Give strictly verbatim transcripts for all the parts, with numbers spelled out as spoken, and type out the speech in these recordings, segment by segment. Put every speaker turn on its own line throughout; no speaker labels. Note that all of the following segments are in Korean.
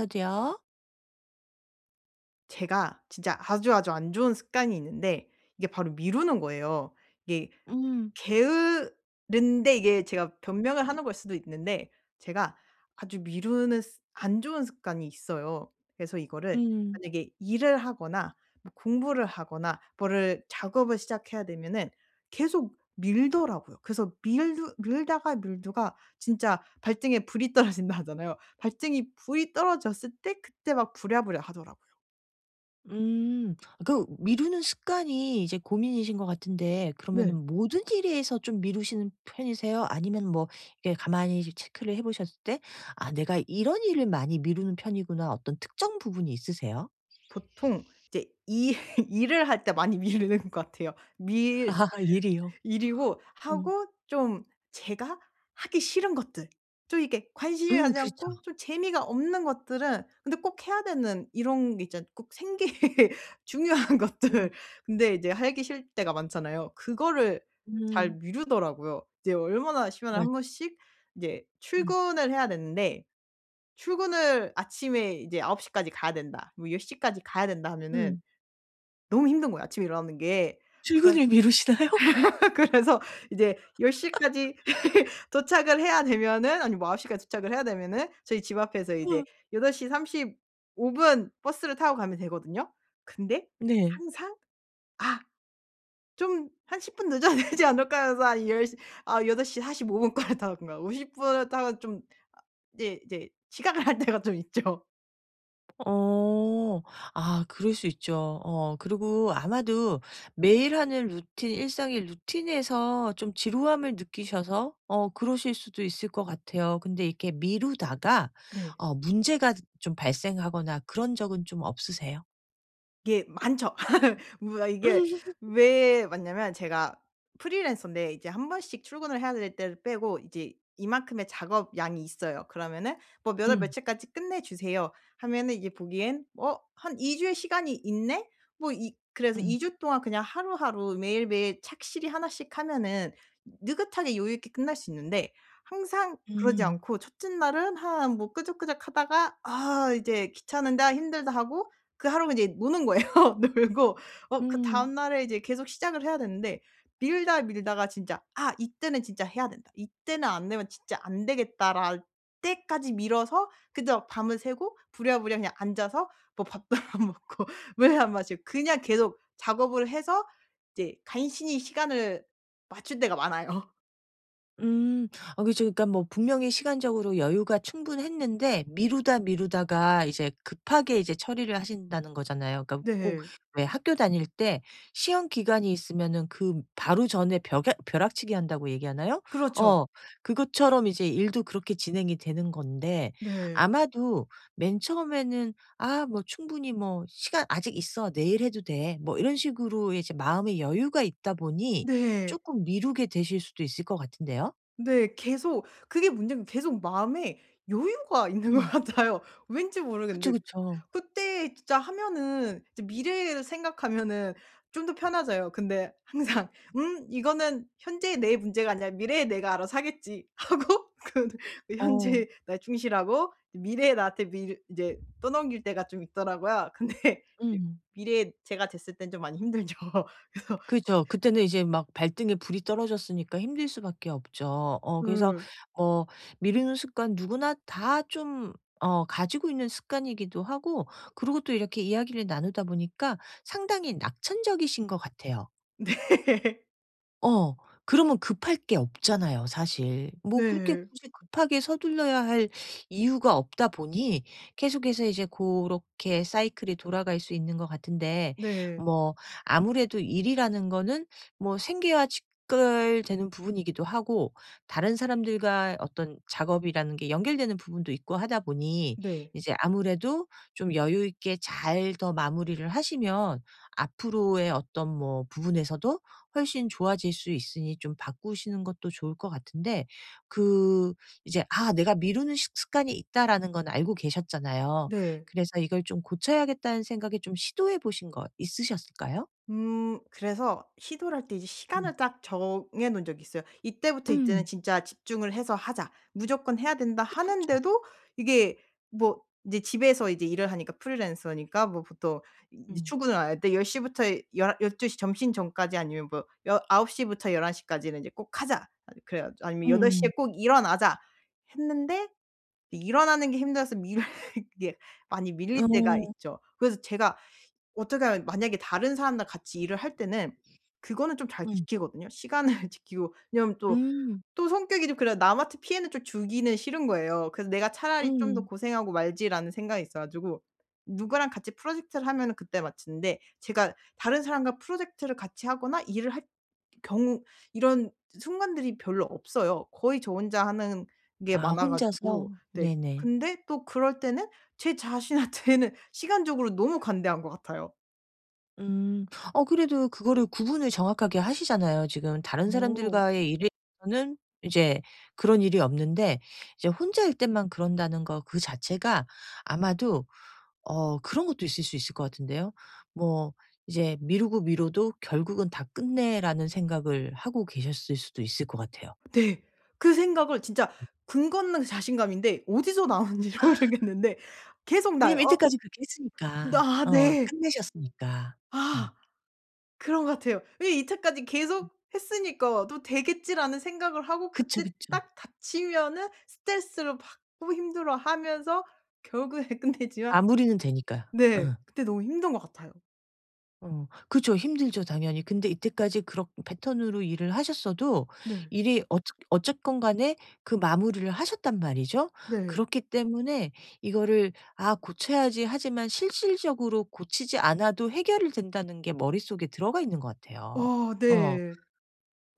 저도요.
제가 진짜 아주 아주 안 좋은 습관이 있는데 이게 바로 미루는 거예요. 이게
음.
게으른데 이게 제가 변명을 하는 걸 수도 있는데 제가 아주 미루는 습 안 좋은 습관이 있어요. 그래서 이거를
음.
만약에 일을 하거나 뭐 공부를 하거나 뭐를 작업을 시작해야 되면은 계속 밀더라고요. 그래서 밀두 밀다가 밀두가 진짜 발등에 불이 떨어진다 하잖아요. 발등에 불이 떨어졌을 때 그때 막 부랴부랴 하더라고요.
음. 그 미루는 습관이 이제 고민이신 것 같은데
네.
그러면은 모든 일에서 좀 미루시는 편이세요? 아니면 뭐 이게 가만히 체크를 해 보셨을 때 '아 내가 이런 일을 많이 미루는 편이구나.' 어떤 특정 부분이 있으세요?
보통 이제 이 일을 할 때 많이 미루는 것 같아요. 밀
아 일이요.
일이고
음.
하고 좀 제가 하기 싫은 것들, 좀 이게 관심이
음
가지
그렇죠.
않고 좀 재미가 없는 것들은, 근데 꼭 해야 되는 이런 게 있잖아요. 꼭 생계 중요한
음.
것들. 근데 이제 하기 싫을 때가 많잖아요. 그거를 잘
음.
미루더라고요. 이제 얼마나 시간을
맞
한 번씩 이제
음.
출근을 해야 되는데, 출근을 아침에 이제 아홉 시 까지 가야 된다. 뭐열 0 까지 가야 된다 하면은
음.
너무 힘든 거예요, 아침에 일어나는 게. 그래
출근을 미루시나요?
그래서 이제 열 0 까지 도착을 해야 되면은, 아니 뭐아홉 시 까지 도착을 해야 되면은, 저희 집 앞에서 이제
어.
여덟 시 삼십오 분 버스를 타고 가면 되거든요. 근데
네.
항상 '아, 좀 한 십 분 늦어야 되지 않을까?' 해서 한 열 시 아 여덟 시 사십오 분 거를 타고가오십 분을 타고 좀 이제 이제 지각을 할 때가 좀 있죠.
어. 아 그럴 수 있죠. 어 그리고 아마도 매일 하는 루틴 일상의 루틴에서 좀 지루함을 느끼셔서 어 그러실 수도 있을 것 같아요. 근데 이렇게 미루다가
네.
어 문제가 좀 발생하거나 그런 적은 좀 없으세요?
이게 많죠. 뭐야 이게. 왜 맞냐면 제가 프리랜서인데, 이제 한 번씩 출근을 해야 될 때를 빼고 이제 이만큼의 작업 양이 있어요. 그러면은 뭐 "몇 월
음.
며칠까지 끝내 주세요." 하면은 이제 보기엔 '어, 한 이 주의 시간이 있네?' 뭐 이 그래서
음.
이 주 동안 그냥 하루하루 매일매일 착실히 하나씩 하면은 느긋하게 여유 있게 끝날 수 있는데, 항상 그러지
음.
않고 첫째 날은 한 뭐 끄적끄적 하다가 '아 이제 귀찮은데. 아 힘들다.' 하고 그 하루가 이제 노는 거예요. 놀고 어
음. 음.
그다음 날에 이제 계속 시작을 해야 되는데 밀다 밀다가 진짜 '아, 이때는 진짜 해야 된다. 이때는 안 되면 진짜 안 되겠다.'랄 때까지 밀어서, 그저 밤을 새고 부랴부랴 그냥 앉아서 뭐 밥도 안 먹고 물 안 마시고 그냥 계속 작업을 해서 이제 간신히 시간을 맞출 때가 많아요.
음. 아 그죠. 그러니까 뭐 분명히 시간적으로 여유가 충분했는데 미루다 미루다가 이제 급하게 이제 처리를 하신다는 거잖아요. 그러니까 꼭
네.
왜 학교 다닐 때 시험 기간이 있으면은 그 바로 전에 벼 벼락치기 한다고 얘기하나요?
그렇죠.
어. 그것처럼 이제 일도 그렇게 진행이 되는 건데
네.
아마도 맨 처음에는 '아 뭐 충분히 뭐 시간 아직 있어. 내일 해도 돼.' 뭐 이런 식으로 이제 마음의 여유가 있다 보니
네.
조금 미루게 되실 수도 있을 것 같은데요?
네. 계속 그게 문제인 게, 계속 마음에 여유가 있는 것
음.
같아요. 왠지
그쵸,
모르겠는데,
그쵸.
그때 진짜 하면은 이제 미래를 생각하면은 좀 더 편하져요. 근데 항상 '음, 이거는 현재의 내 문제가 아니라 미래의 내가 알아서 하겠지.' 하고 그 그
어.
현재에 나 충실하고 미래의 나한테 미 이제 떠넘길 때가 좀 있더라고요. 근데 이제
음.
미래에 제가 됐을 땐 좀 많이 힘들죠. 그래서.
그죠. 그때는 이제 막 발등에 불이 떨어졌으니까 힘들 수밖에 없죠. 어 그래서
음.
뭐 미루는 습관 누구나 다 좀 어 가지고 있는 습관이기도 하고 그리고 또 이렇게 이야기를 나누다 보니까 상당히 낙천적이신 것 같아요.
네.
어. 그러면 급할 게 없잖아요 사실. 뭐 그렇게
네.
굳이 급하게 서둘러야 할 이유가 없다 보니 계속해서 이제 고렇게 사이클이 돌아갈 수 있는 것 같은데
네.
뭐 아무래도 일이라는 거는 뭐 생계와 직결되는 부분이기도 하고 다른 사람들과 어떤 작업이라는 게 연결되는 부분도 있고 하다 보니
네.
이제 아무래도 좀 여유 있게 잘 더 마무리를 하시면 앞으로의 어떤 뭐 부분에서도 훨씬 좋아질 수 있으니 좀 바꾸시는 것도 좋을 것 같은데 그 이제 '아 내가 미루는 식 습관이 있다.'라는 건 알고 계셨잖아요.
네.
그래서 이걸 좀 고쳐야겠다는 생각에 좀 시도해 보신 거 있으셨을까요?
음, 그래서 시도를 할 때 이제
음.
시간을 딱 정해 놓은 적이 있어요. '이때부터 이때는
음.
진짜 집중을 해서 하자. 무조건 해야 된다.'
어 그쵸, 그쵸.
하는데도 이게, 뭐 이제 집에서 이제 일을 하니까, 프리랜서니까, 뭐 보통 이제
음.
출근을 안 할 때 열 시부터 열 열두 시 점심 전까지, 아니면 뭐 여 아홉 시부터 열한 시까지는 이제 "꼭 하자." 아 그래 가지고, 아니면 "여덟 시에
음.
꼭 일어나자." 했는데 일어나는 게 힘들어서 밀 이게 많이 밀릴 때가
어.
있죠. 그래서 제가 어떻게 하면, 만약에 다른 사람이랑 같이 일을 할 때는 그거는 좀 잘
음.
지키거든요. 시간을 지키고. 왜냐면 또,
음.
또 성격이 좀 그래요. 남한테 피해는 좀 주기는 싫은 거예요. 그래서 '내가 차라리 좀 더
음.
고생하고 말지.'라는 생각이 있어 가지고, 누구랑 같이 프로젝트를 하면은 그때 맞추는데, 제가 다른 사람과 프로젝트를 같이 하거나 일을 할 경우 이런 순간들이 별로 없어요. 거의 저 혼자 하는 게
아
많아
혼자서?
가지고. 네.
네네.
근데 또 그럴 때는 제 자신한테는 시간적으로 너무 관대한 것 같아요.
음. 어 그래도 그거를 구분을 정확하게 하시잖아요. 지금 다른
오,
사람들과의 일에 서는 이제 그런 일이 없는데 이제 혼자일 때만 그런다는 거 그 자체가 아마도 어 그런 것도 있을 수 있을 것 같은데요. 뭐 이제 미루고 미뤄도 '결국은 다 끝내.'라는 생각을 하고 계셨을 수도 있을 것 같아요.
네. 그 생각을 진짜, 근거 없는 자신감인데 어디서 나오는지 모르겠는데 계속 나요.
왜냐면
어.
이때까지 그렇게 했으니까.
아,
어
네.
끝내셨으니까.
아,
어.
그런 것 같아요. 왜 이때까지 계속 했으니까 '또 되겠지.'라는 생각을 하고,
그쵸,
그때
그쵸.
딱 닥치면은 스트레스를 받고 힘들어하면서 결국에 끝내지만,
마무리는 되니까요. 어.
네, 그때 너무 힘든 것 같아요.
어 그죠. 힘들죠 당연히. 근데 이때까지 그런 패턴으로 일을 하셨어도
네.
일이 어쨌 어쨌건 간에 그 마무리를 하셨단 말이죠.
네.
그렇기 때문에 이거를 '아 고쳐야지.' 하지만 실질적으로 고치지 않아도 해결이 된다는 게 머릿속에 들어가 있는 것 같아요.
와,
어.
네.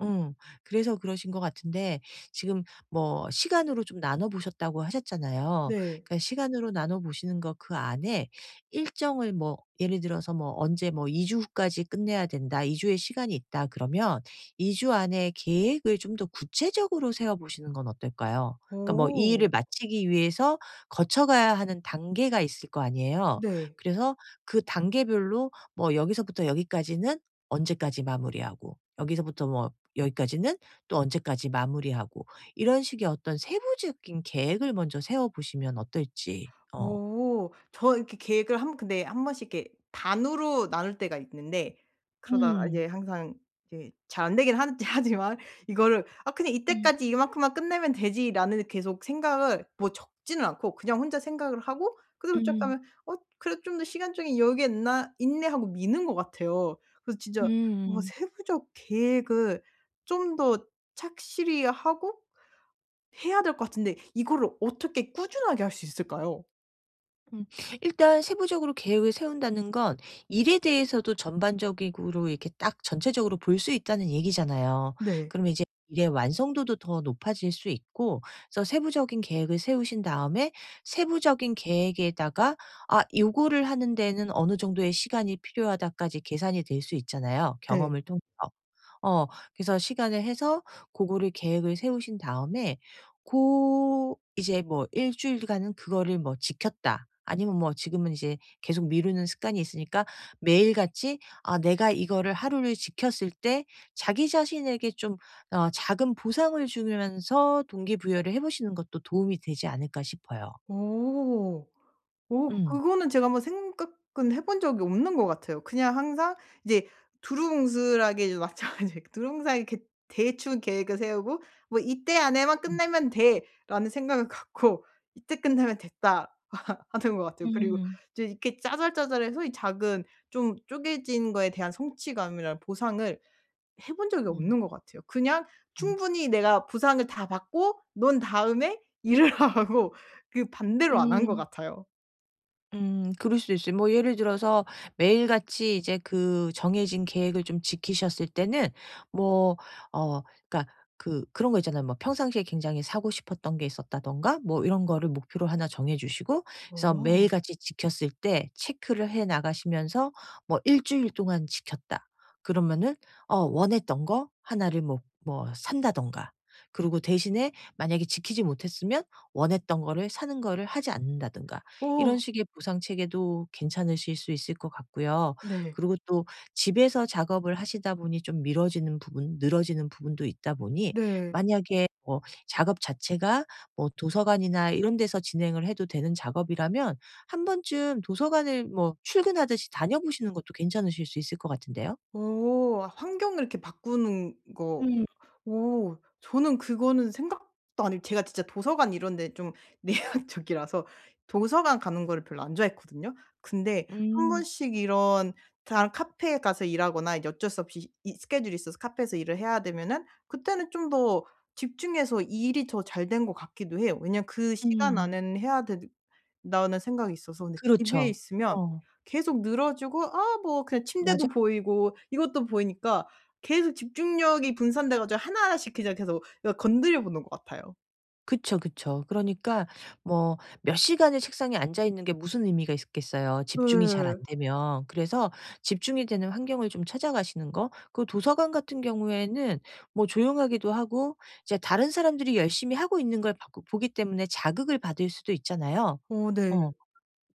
응, 그래서 그러신 것 같은데 지금 뭐 시간으로 좀 나눠 보셨다고 하셨잖아요.
네.
그러니까 시간으로 나눠 보시는 거 그 안에 일정을 뭐 예를 들어서 뭐 언제 뭐 '이 주 후까지 끝내야 된다. 이 주의 시간이 있다.' 그러면 이 주 안에 계획을 좀 더 구체적으로 세워 보시는 건 어떨까요? 그러니까 뭐 이
어.
일을 마치기 위해서 거쳐 가야 하는 단계가 있을 거 아니에요.
네.
그래서 그 단계별로 뭐 여기서부터 여기까지는 언제까지 마무리하고 여기서부터 뭐 여기까지는 또 언제까지 마무리하고 이런 식의 어떤 세부적인 계획을 먼저 세워 보시면 어떨지. 어.
오. 저 이렇게 계획을 한, 근데 한 번씩 이렇게 반으로 나눌 때가 있는데, 그러다가
음.
이제 항상 이제 잘 안 되긴 하지 하지만, 이거를 '아 그냥
음.
이때까지 이만큼만 끝내면 되지.'라는 계속 생각을 뭐 적지는 않고 그냥 혼자 생각을 하고 그대로 쭉
음.
가면 '어, 그래도 좀 더 시간적인 여유가 있나 있네.' 하고 미는 것 같아요. 그래서 진짜 어
음.
세부적 계획을 좀 더 착실히 하고 해야 될 것 같은데, 이거를 어떻게 꾸준하게 할 수 있을까요?
음. 일단 세부적으로 계획을 세운다는 건 일에 대해서도 전반적으로 이렇게 딱 전체적으로 볼 수 있다는 얘기잖아요.
네.
그러면 이제 일의 완성도도 더 높아질 수 있고 그래서 세부적인 계획을 세우신 다음에 세부적인 계획에다가 아 요거를 하는 데는 어느 정도의 시간이 필요하다까지 계산이 될 수 있잖아요,
네.
경험을 통해서. 어 그래서 시간을 해서 그거를 계획을 세우신 다음에 고 이제 뭐 일 주일간은 그거를 뭐 지켰다. 아니면 뭐 지금은 이제 계속 미루는 습관이 있으니까 매일같이 아 내가 이거를 하루를 지켰을 때 자기 자신에게 좀 어 작은 보상을 주면서 동기부여를 해 보시는 것도 도움이 되지 않을까 싶어요.
오, 오,
음.
그거는 제가 한번 생각은 해본 적이 없는 것 같아요. 그냥 항상 이제 두루뭉술하게, 이제 마찬가지 두루뭉술하게 이렇게 대충 계획을 세우고 '뭐 이때 안에만
음.
끝내면 돼.'라는 생각을 갖고 '이때 끝내면 됐다.' 하는 것 같아요. 그리고
음.
이제 이렇게 짜잘짜잘해서 이 작은, 좀 쪼개진 거에 대한 성취감이나 보상을 해본 적이
음.
없는 것 같아요. 그냥 충분히 내가 보상을 다 받고 논 다음에 일을 하고 그 반대로 안 한 것
음.
같아요.
음 그럴 수도 있어요. 뭐 예를 들어서 매일같이 이제 그 정해진 계획을 좀 지키셨을 때는 뭐 어 그러니까 그 그런 거 있잖아요. 뭐 평상시에 굉장히 사고 싶었던 게 있었다든가 뭐 이런 거를 목표로 하나 정해 주시고 그래서
어.
매일같이 지켰을 때 체크를 해 나가시면서 뭐 일 주일 동안 지켰다.' 그러면은 어 원했던 거 하나를 뭐 뭐 산다든가 그리고 대신에 만약에 지키지 못했으면 원했던 거를 사는 거를 하지 않는다든가
어.
이런 식의 보상 체계도 괜찮으실 수 있을 것 같고요.
네.
그리고 또 집에서 작업을 하시다 보니 좀 미뤄지는 부분, 늘어지는 부분도 있다 보니
네.
만약에 뭐 작업 자체가 뭐 도서관이나 이런 데서 진행을 해도 되는 작업이라면 한 번쯤 도서관을 뭐 출근하듯이 다녀보시는 것도 괜찮으실 수 있을 것 같은데요?
어. 환경을 이렇게 바꾸는 거.
음.
오. 저는 그거는 생각도 안 했 제가 진짜 도서관 이런 데 좀 내향적이라서 도서관 가는 거를 별로 안 좋아했거든요. 근데 한
음.
번씩 이런, 다른 카페에 가서 일하거나 이제 어쩔 수 없이 이 스케줄이 있어서 카페에서 일을 해야 되면은 그때는 좀 더 집중해서 이 일이 더 잘 된 것 같기도 해요. 왜냐면 그 시간
음.
안에는 해야 된 다는 생각이 있어서. 근데 집에
그렇죠.
있으면
어.
계속 늘어지고, 아 뭐 그냥 침대도
맞아요.
보이고 이것도 보이니까 계속 집중력이 분산돼 가지고 하나하나씩 그냥 계속 그러니까 건드려 보는 것 같아요.
그쵸, 그쵸. 그러니까 뭐 몇 시간을 책상에 앉아 있는 게 무슨 의미가 있겠어요,
네.
집중이 잘 안 되면. 그래서 집중이 되는 환경을 좀 찾아가시는 거. 그 도서관 같은 경우에는 뭐 조용하기도 하고 이제 다른 사람들이 열심히 하고 있는 걸 봐 보기 때문에 자극을 받을 수도 있잖아요.
어, 네.
어.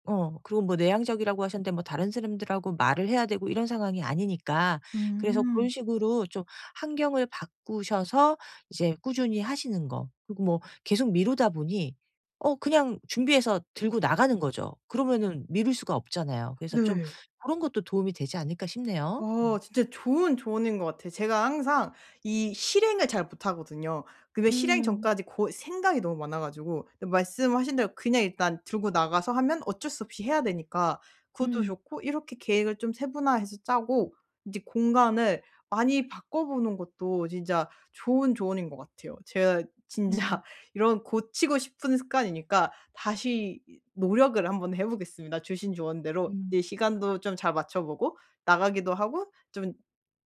어 그리고 뭐 내향적이라고 하셨는데 뭐 다른 사람들하고 말을 해야 되고 이런 상황이 아니니까. 그래서 그런
음.
식으로 좀 환경을 바꾸셔서 이제 꾸준히 하시는 거. 그리고 뭐 계속 미루다 보니 어 그냥 준비해서 들고 나가는 거죠. 그러면은 미룰 수가 없잖아요. 그래서 좀
네.
그런 것도 도움이 되지 않을까 싶네요.
어,
음.
진짜 좋은 조언인 것 같아요. 제가 항상 이 실행을 잘 못하거든요. 근데 실행
음.
전까지 고 생각이 너무 많아 가지고, 근데 말씀하신 대로 그냥 일단 들고 나가서 하면 어쩔 수 없이 해야 되니까 그것도
음.
좋고, 이렇게 계획을 좀 세분화해서 짜고 이제 공간을 많이 바꿔보는 것도 진짜 좋은 조언인 것 같아요. 제가 진짜
음.
이런 고치고 싶은 습관이니까 다시 노력을 한번 해 보겠습니다, 주신 조언대로.
음.
이 시간도 좀 잘 맞춰 보고 나가기도 하고, 좀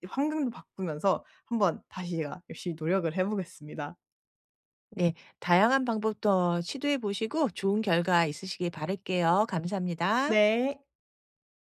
환경도 바꾸면서 한번 다시 제가 열심히 노력을 해 보겠습니다.
네. 다양한 방법도 시도해 보시고 좋은 결과 있으시길 바랄게요. 감사합니다.
네.